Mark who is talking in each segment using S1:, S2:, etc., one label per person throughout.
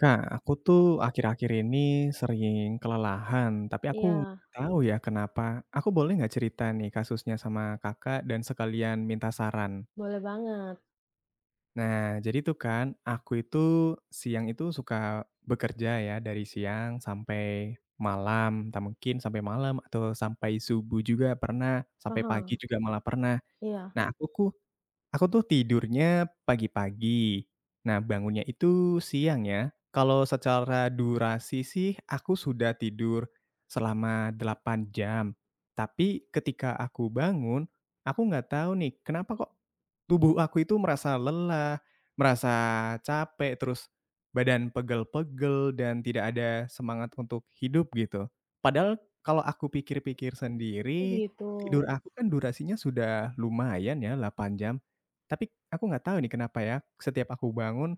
S1: Kak, aku tuh akhir-akhir ini sering kelelahan, tapi aku
S2: Iya,
S1: nggak tahu ya kenapa. Aku boleh nggak cerita nih kasusnya sama kakak dan sekalian minta saran?
S2: boleh banget,
S1: Nah, jadi tuh kan, aku itu siang itu suka bekerja ya dari siang sampai malam, tak mungkin sampai malam atau sampai subuh juga pernah, sampai pagi
S2: paham.
S1: juga malah pernah.
S2: Iya,
S1: Nah, aku ku Aku tuh tidurnya pagi-pagi. Nah, bangunnya itu siang ya. Kalau secara durasi sih aku sudah tidur selama 8 jam. Tapi ketika aku bangun, aku nggak tahu nih kenapa kok tubuh aku itu merasa lelah, merasa capek, terus badan pegel-pegel dan tidak ada semangat untuk hidup gitu. Padahal kalau aku pikir-pikir
S2: oh
S1: sendiri,
S2: gitu.
S1: tidur aku kan durasinya sudah lumayan ya 8 jam. Tapi aku nggak tahu nih kenapa ya, setiap aku bangun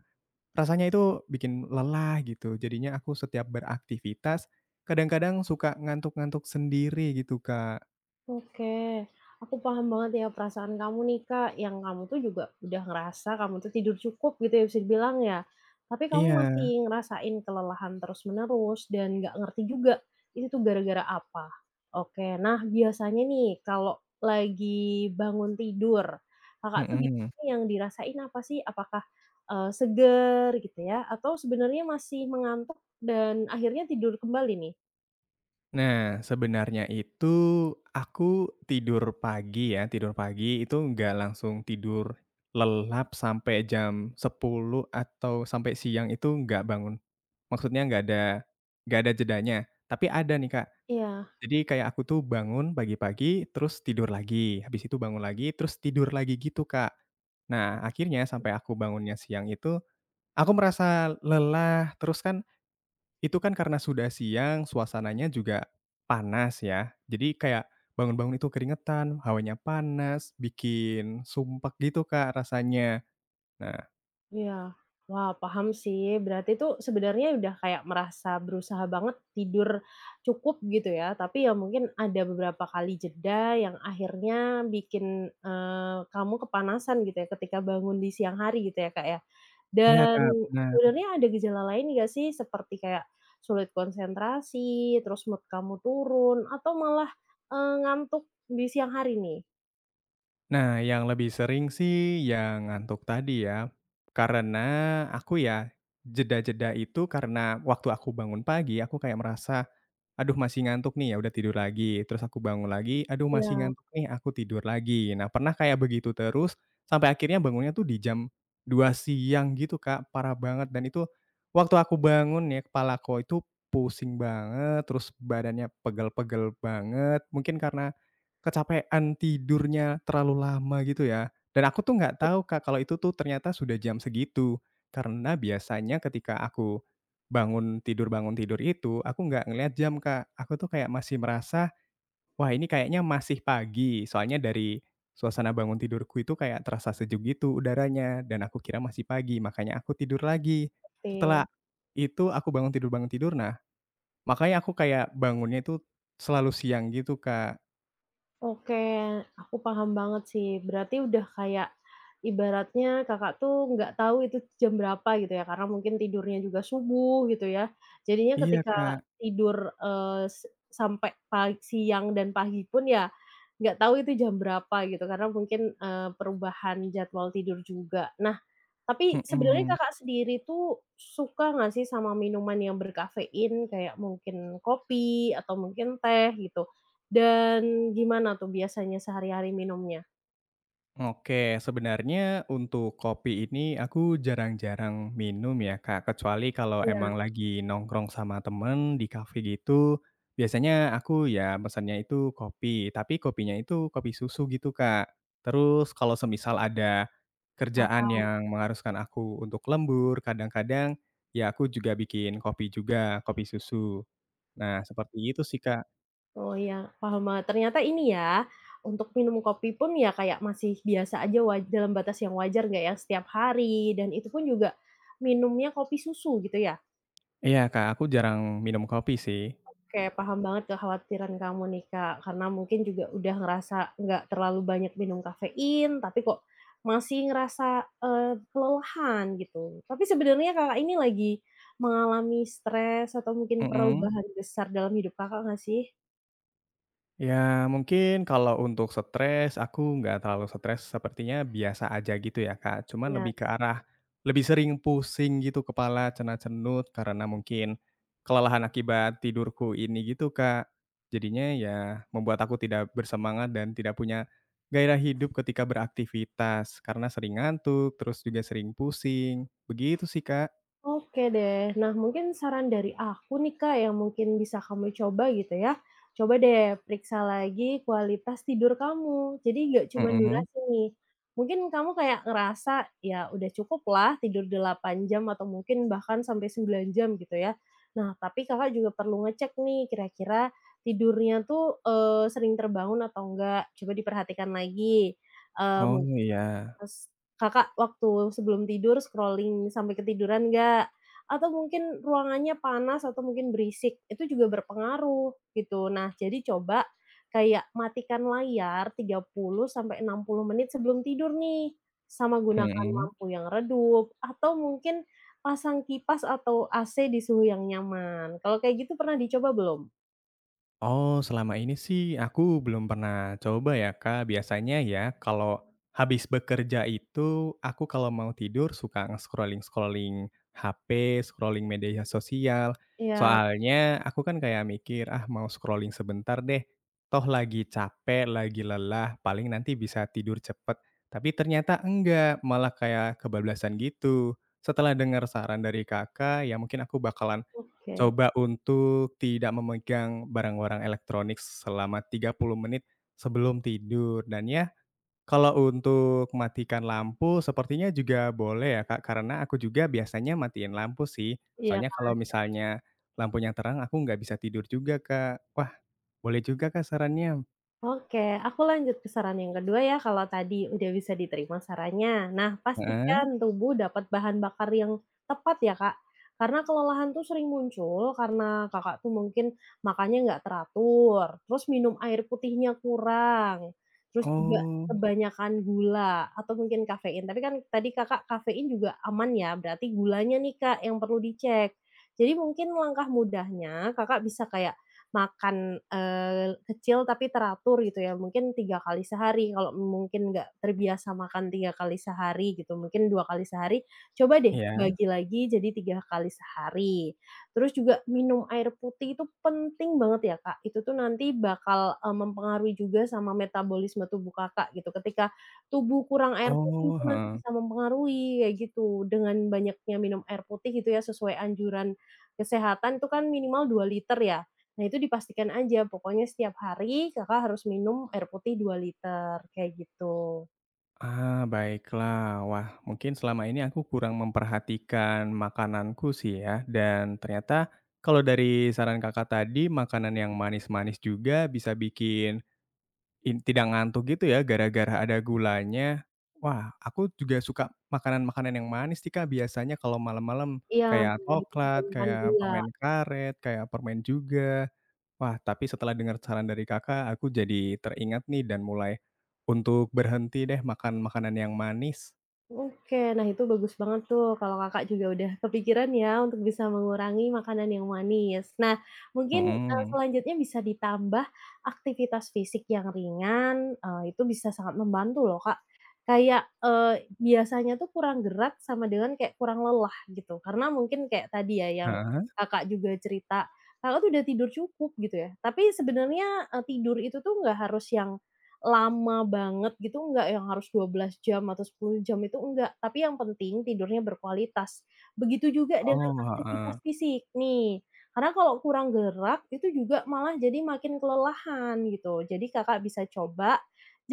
S1: rasanya itu bikin lelah gitu. Jadinya aku setiap beraktivitas kadang-kadang suka ngantuk-ngantuk sendiri gitu, Kak.
S2: Oke, aku paham banget ya perasaan kamu nih Kak, yang kamu tuh juga udah ngerasa kamu tuh tidur cukup gitu ya bisa dibilang ya. Tapi kamu masih
S1: Iya,
S2: ngerasain kelelahan terus-menerus dan nggak ngerti juga itu tuh gara-gara apa. Oke, nah biasanya nih kalau lagi bangun tidur, Kakak tuh
S1: mhm.
S2: biasanya yang dirasain apa sih? Apakah, seger gitu ya atau sebenarnya masih mengantuk dan akhirnya tidur kembali nih?
S1: Nah, sebenarnya itu aku tidur pagi ya, tidur pagi itu nggak langsung tidur lelap sampai jam 10 atau sampai siang itu nggak bangun. Maksudnya nggak ada jedanya. Tapi ada nih, Kak,
S2: Iya.
S1: jadi kayak aku tuh bangun pagi-pagi, terus tidur lagi, habis itu bangun lagi, terus tidur lagi gitu, Kak. Nah, akhirnya sampai aku bangunnya siang itu, aku merasa lelah, terus kan itu kan karena sudah siang, suasananya juga panas ya. Jadi kayak bangun-bangun itu keringetan, hawanya panas, bikin sumpek gitu, Kak, rasanya. Nah
S2: Iya. Wah, paham sih. Berarti itu sebenarnya udah kayak merasa berusaha banget tidur cukup gitu ya, tapi ya mungkin ada beberapa kali jeda yang akhirnya bikin, kamu kepanasan gitu ya ketika bangun di siang hari gitu ya, Kak, ya?
S1: iya,
S2: Dan
S1: Kak, bener.
S2: sebenarnya ada gejala lain nggak sih seperti kayak sulit konsentrasi, terus mood kamu turun, atau malah, ngantuk di siang hari nih?
S1: Nah, yang lebih sering sih yang ngantuk tadi ya. Karena aku ya jeda-jeda itu karena waktu aku bangun pagi aku kayak merasa, "Aduh masih ngantuk nih," ya udah tidur lagi. Terus aku bangun lagi, "Aduh masih
S2: Iya,
S1: ngantuk nih," aku tidur lagi. Nah, pernah kayak begitu terus sampai akhirnya bangunnya tuh di jam 2 siang gitu, Kak, parah banget dan itu waktu aku bangun ya kepala aku itu pusing banget, terus badannya pegel-pegel banget. Mungkin karena kecapean, tidurnya terlalu lama gitu ya. Dan aku tuh nggak tahu Kak, kalau itu tuh ternyata sudah jam segitu. Karena biasanya ketika aku bangun tidur itu, aku nggak ngelihat jam Kak. Aku tuh kayak masih merasa, "Wah ini kayaknya masih pagi." Soalnya dari suasana bangun tidurku itu kayak terasa sejuk gitu udaranya, dan aku kira masih pagi, makanya aku tidur lagi.
S2: gitu.
S1: Setelah itu aku bangun tidur, nah makanya aku kayak bangunnya itu selalu siang gitu Kak.
S2: Oke, aku paham banget sih. Berarti udah kayak ibaratnya Kakak tuh nggak tahu itu jam berapa gitu ya, karena mungkin tidurnya juga subuh gitu ya. Jadinya
S1: Iya
S2: ketika
S1: Kak.
S2: tidur, eee, s sampai pagi siang dan pagi pun ya nggak tahu itu jam berapa gitu, karena mungkin, perubahan jadwal tidur juga. Nah tapi sebenarnya
S1: Mhm.
S2: Kakak sendiri tuh suka nggak sih sama minuman yang berkafein kayak mungkin kopi atau mungkin teh gitu? Dan gimana tuh biasanya sehari-hari minumnya?
S1: Oke, sebenarnya untuk kopi ini aku jarang-jarang minum ya, Kak, kecuali kalau
S2: Iya,
S1: emang lagi nongkrong sama temen di kafe gitu, biasanya aku ya pesannya itu kopi, tapi kopinya itu kopi susu gitu, Kak. Terus kalau semisal ada kerjaan
S2: paham.
S1: yang mengharuskan aku untuk lembur, kadang-kadang ya aku juga bikin kopi juga, kopi susu. Nah, seperti itu sih, Kak.
S2: Oh iya, paham banget. Ternyata ini ya, untuk minum kopi pun ya kayak masih biasa aja dalam batas yang wajar nggak ya setiap hari dan itu pun juga minumnya kopi susu gitu ya?
S1: Iya, Kak, aku jarang minum kopi sih.
S2: Oke, paham banget kekhawatiran kamu nih, Kak, karena mungkin juga udah ngerasa nggak terlalu banyak minum kafein, tapi kok masih ngerasa, kelelahan gitu. Tapi sebenarnya Kakak ini lagi mengalami stres atau mungkin
S1: Mhm.
S2: perubahan besar dalam hidup Kakak nggak sih?
S1: Ya mungkin kalau untuk stres, aku nggak terlalu stres, sepertinya biasa aja gitu ya, Kak. Cuman
S2: Ya.
S1: lebih ke arah, lebih sering pusing gitu kepala, cenut-cenut, karena mungkin kelelahan akibat tidurku ini gitu, Kak. Jadinya ya membuat aku tidak bersemangat dan tidak punya gairah hidup ketika beraktivitas, karena sering ngantuk, terus juga sering pusing, begitu sih, Kak.
S2: Oke deh. Nah, mungkin saran dari aku nih, Kak, yang mungkin bisa kamu coba gitu ya. Coba deh periksa lagi kualitas tidur kamu. Jadi nggak cuma
S1: Mhm.
S2: durasi nih. Mungkin kamu kayak ngerasa ya udah cukup lah tidur 8 jam atau mungkin bahkan sampai 9 jam gitu ya. Nah, tapi Kakak juga perlu ngecek nih kira-kira tidurnya tuh, sering terbangun atau enggak. Coba diperhatikan lagi, eee,
S1: Oh, iya.
S2: Terus Kakak waktu sebelum tidur scrolling sampai ketiduran nggak? Atau mungkin ruangannya panas atau mungkin berisik, itu juga berpengaruh gitu. Nah, jadi coba kayak matikan layar 30 sampai 60 menit sebelum tidur nih, sama gunakan
S1: Mhm.
S2: lampu yang redup atau mungkin pasang kipas atau AC di suhu yang nyaman. Kalau kayak gitu pernah dicoba belum?
S1: Oh, selama ini sih aku belum pernah coba ya, Kak. Biasanya ya kalau habis bekerja itu aku kalau mau tidur suka nge-scrolling-scrolling HP, scrolling media sosial.
S2: Iya,
S1: Soalnya aku kan kayak mikir, "Ah, mau scrolling sebentar deh, toh lagi capek, lagi lelah, paling nanti bisa tidur cepet." Tapi ternyata enggak, malah kayak kebablasan gitu. Setelah dengar saran dari Kakak, ya mungkin aku bakalan
S2: oke.
S1: coba untuk tidak memegang barang-barang elektronik selama 30 menit sebelum tidur dan ya, kalau untuk matikan lampu sepertinya juga boleh ya, Kak, karena aku juga biasanya matiin lampu sih.
S2: Iya.
S1: Soalnya kalau misalnya lampunya terang aku nggak bisa tidur juga, Kak. Wah, boleh juga, Kak, sarannya.
S2: Oke, aku lanjut ke saran yang kedua ya, kalau tadi udah bisa diterima sarannya. Nah,
S1: Heeh.
S2: pastikan tubuh dapat bahan bakar yang tepat ya, Kak. Karena kelelahan tuh sering muncul karena Kakak tuh mungkin makannya nggak teratur, terus minum air putihnya kurang, terus juga
S1: Oh,
S2: kebanyakan gula atau mungkin kafein. Tapi kan tadi Kakak kafein juga aman ya, berarti gulanya nih Kak yang perlu dicek. Jadi mungkin langkah mudahnya Kakak bisa kayak makan, kecil tapi teratur gitu ya, mungkin 3 kali sehari, kalau mungkin nggak terbiasa makan 3 kali sehari gitu, mungkin 2 kali sehari, coba deh
S1: iya.
S2: bagi lagi jadi 3 kali sehari. Terus juga minum air putih itu penting banget ya, Kak, itu tuh nanti bakal, mempengaruhi juga sama metabolisme tubuh Kakak gitu, ketika tubuh kurang air putih
S1: Oh,
S2: itu nanti
S1: heeh.
S2: bisa mempengaruhi kayak gitu, dengan banyaknya minum air putih gitu ya sesuai anjuran kesehatan itu kan minimal 2 liter ya. Nah itu dipastikan aja, pokoknya setiap hari Kakak harus minum air putih 2 liter, kayak gitu.
S1: Ah, baiklah. Wah, mungkin selama ini aku kurang memperhatikan makananku sih ya. Dan ternyata kalau dari saran Kakak tadi, makanan yang manis-manis juga bisa bikin tidak ngantuk gitu ya gara-gara ada gulanya. Wah, aku juga suka makanan-makanan yang manis sih Kak biasanya kalau malam-malam
S2: Iya,
S1: kayak
S2: nah itu
S1: coklat,
S2: kebanyakan
S1: kayak
S2: gula.
S1: permen karet, kayak permen juga. Wah, tapi setelah dengar saran dari Kakak, aku jadi teringat nih dan mulai untuk berhenti deh makan makanan yang manis.
S2: Oke, nah itu bagus banget tuh kalau Kakak juga udah kepikiran ya untuk bisa mengurangi makanan yang manis. Nah, mungkin,
S1: Mhm.
S2: selanjutnya bisa ditambah aktivitas fisik yang ringan, itu bisa sangat membantu loh, Kak. Kayak, biasanya tuh kurang gerak sama dengan kayak kurang lelah gitu, karena mungkin kayak tadi ya yang
S1: Heeh?
S2: Kakak juga cerita, Kakak tuh udah tidur cukup gitu ya, tapi sebenarnya, tidur itu tuh nggak harus yang lama banget gitu enggak, yang harus 12 jam atau 10 jam itu enggak, tapi yang penting tidurnya berkualitas. Begitu juga dengan
S1: Oh,
S2: aktivitas
S1: heeh.
S2: fisik nih, karena kalau kurang gerak itu juga malah jadi makin kelelahan gitu. Jadi Kakak bisa coba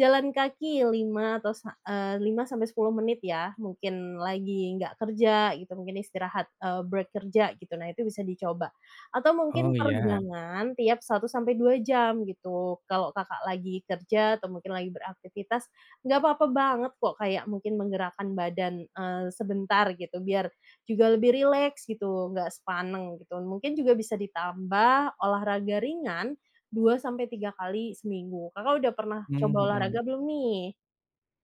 S2: jalan kaki 5 atau 5 sampai 10 menit ya, mungkin lagi nggak kerja gitu, mungkin istirahat, break kerja gitu, nah itu bisa dicoba. Atau
S1: Oh,
S2: mungkin
S1: iya.
S2: peregangan tiap 1 sampai 2 jam gitu. Kalau Kakak lagi kerja atau mungkin lagi beraktivitas, nggak apa-apa banget kok kayak mungkin menggerakkan badan, sebentar gitu, biar juga lebih rileks gitu, nggak sepaneng gitu. Mungkin juga bisa ditambah olahraga ringan 2 sampai 3 kali seminggu. Kakak udah pernah
S1: Mmm,
S2: coba
S1: mhm.
S2: olahraga belum nih?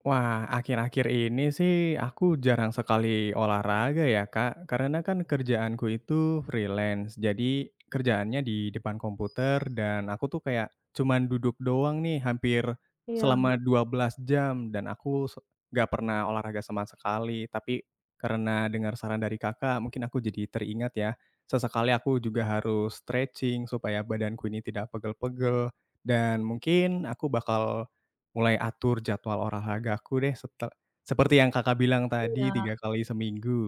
S1: Wah, akhir-akhir ini sih aku jarang sekali olahraga ya, Kak. Karena kan kerjaanku itu freelance. Jadi kerjaannya di depan komputer dan aku tuh kayak cuman duduk doang nih hampir
S2: Iya
S1: selama 12 jam dan nggak pernah olahraga sama sekali. Tapi karena dengar saran dari Kakak, mungkin aku jadi teringat ya. Sesekali aku juga harus stretching supaya badanku ini tidak pegel-pegel dan mungkin aku bakal mulai atur jadwal olahragaku deh sete seperti yang Kakak bilang tadi
S2: iya.
S1: 3 kali seminggu.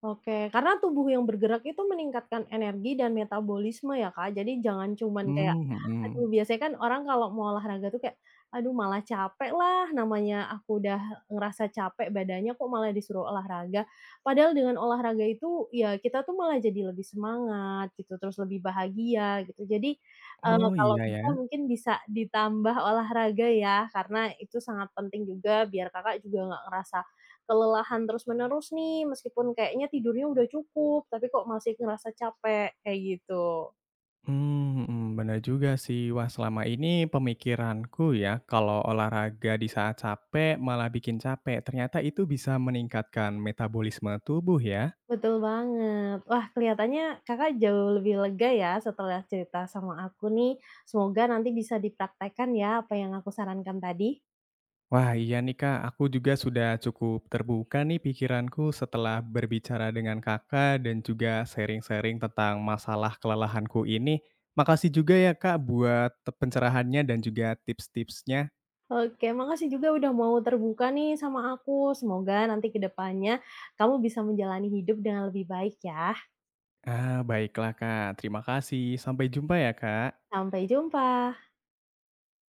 S2: Oke, karena tubuh yang bergerak itu meningkatkan energi dan metabolisme ya, Kak. Jadi jangan cuman kayak,
S1: Mmm, mhm.
S2: aduh biasanya kan orang kalau mau olahraga tuh kayak, aduh malah capek lah, namanya aku udah ngerasa capek badannya kok malah disuruh olahraga. Padahal dengan olahraga itu ya kita tuh malah jadi lebih semangat gitu, terus lebih bahagia gitu. Jadi,
S1: Oh
S2: kalau
S1: iya
S2: bisa
S1: ya.
S2: mungkin bisa ditambah olahraga ya, karena itu sangat penting juga biar Kakak juga nggak ngerasa kelelahan terus-menerus nih, meskipun kayaknya tidurnya udah cukup, tapi kok masih ngerasa capek, kayak gitu.
S1: Mmm, mhm, bener juga sih. Wah selama ini pemikiranku ya kalau olahraga di saat capek malah bikin capek, ternyata itu bisa meningkatkan metabolisme tubuh ya?
S2: Betul banget. Wah, kelihatannya Kakak jauh lebih lega ya setelah cerita sama aku nih. Semoga nanti bisa dipraktekkan ya apa yang aku sarankan tadi.
S1: Wah, iya nih Kak, aku juga sudah cukup terbuka nih pikiranku setelah berbicara dengan Kakak dan juga sharing-sharing tentang masalah kelelahanku ini. Makasih juga ya Kak buat pencerahannya dan juga tips-tipsnya.
S2: Oke, makasih juga udah mau terbuka nih sama aku. Semoga nanti ke depannya kamu bisa menjalani hidup dengan lebih baik ya.
S1: Ah, baiklah Kak, terima kasih. Sampai jumpa ya Kak.
S2: Sampai jumpa.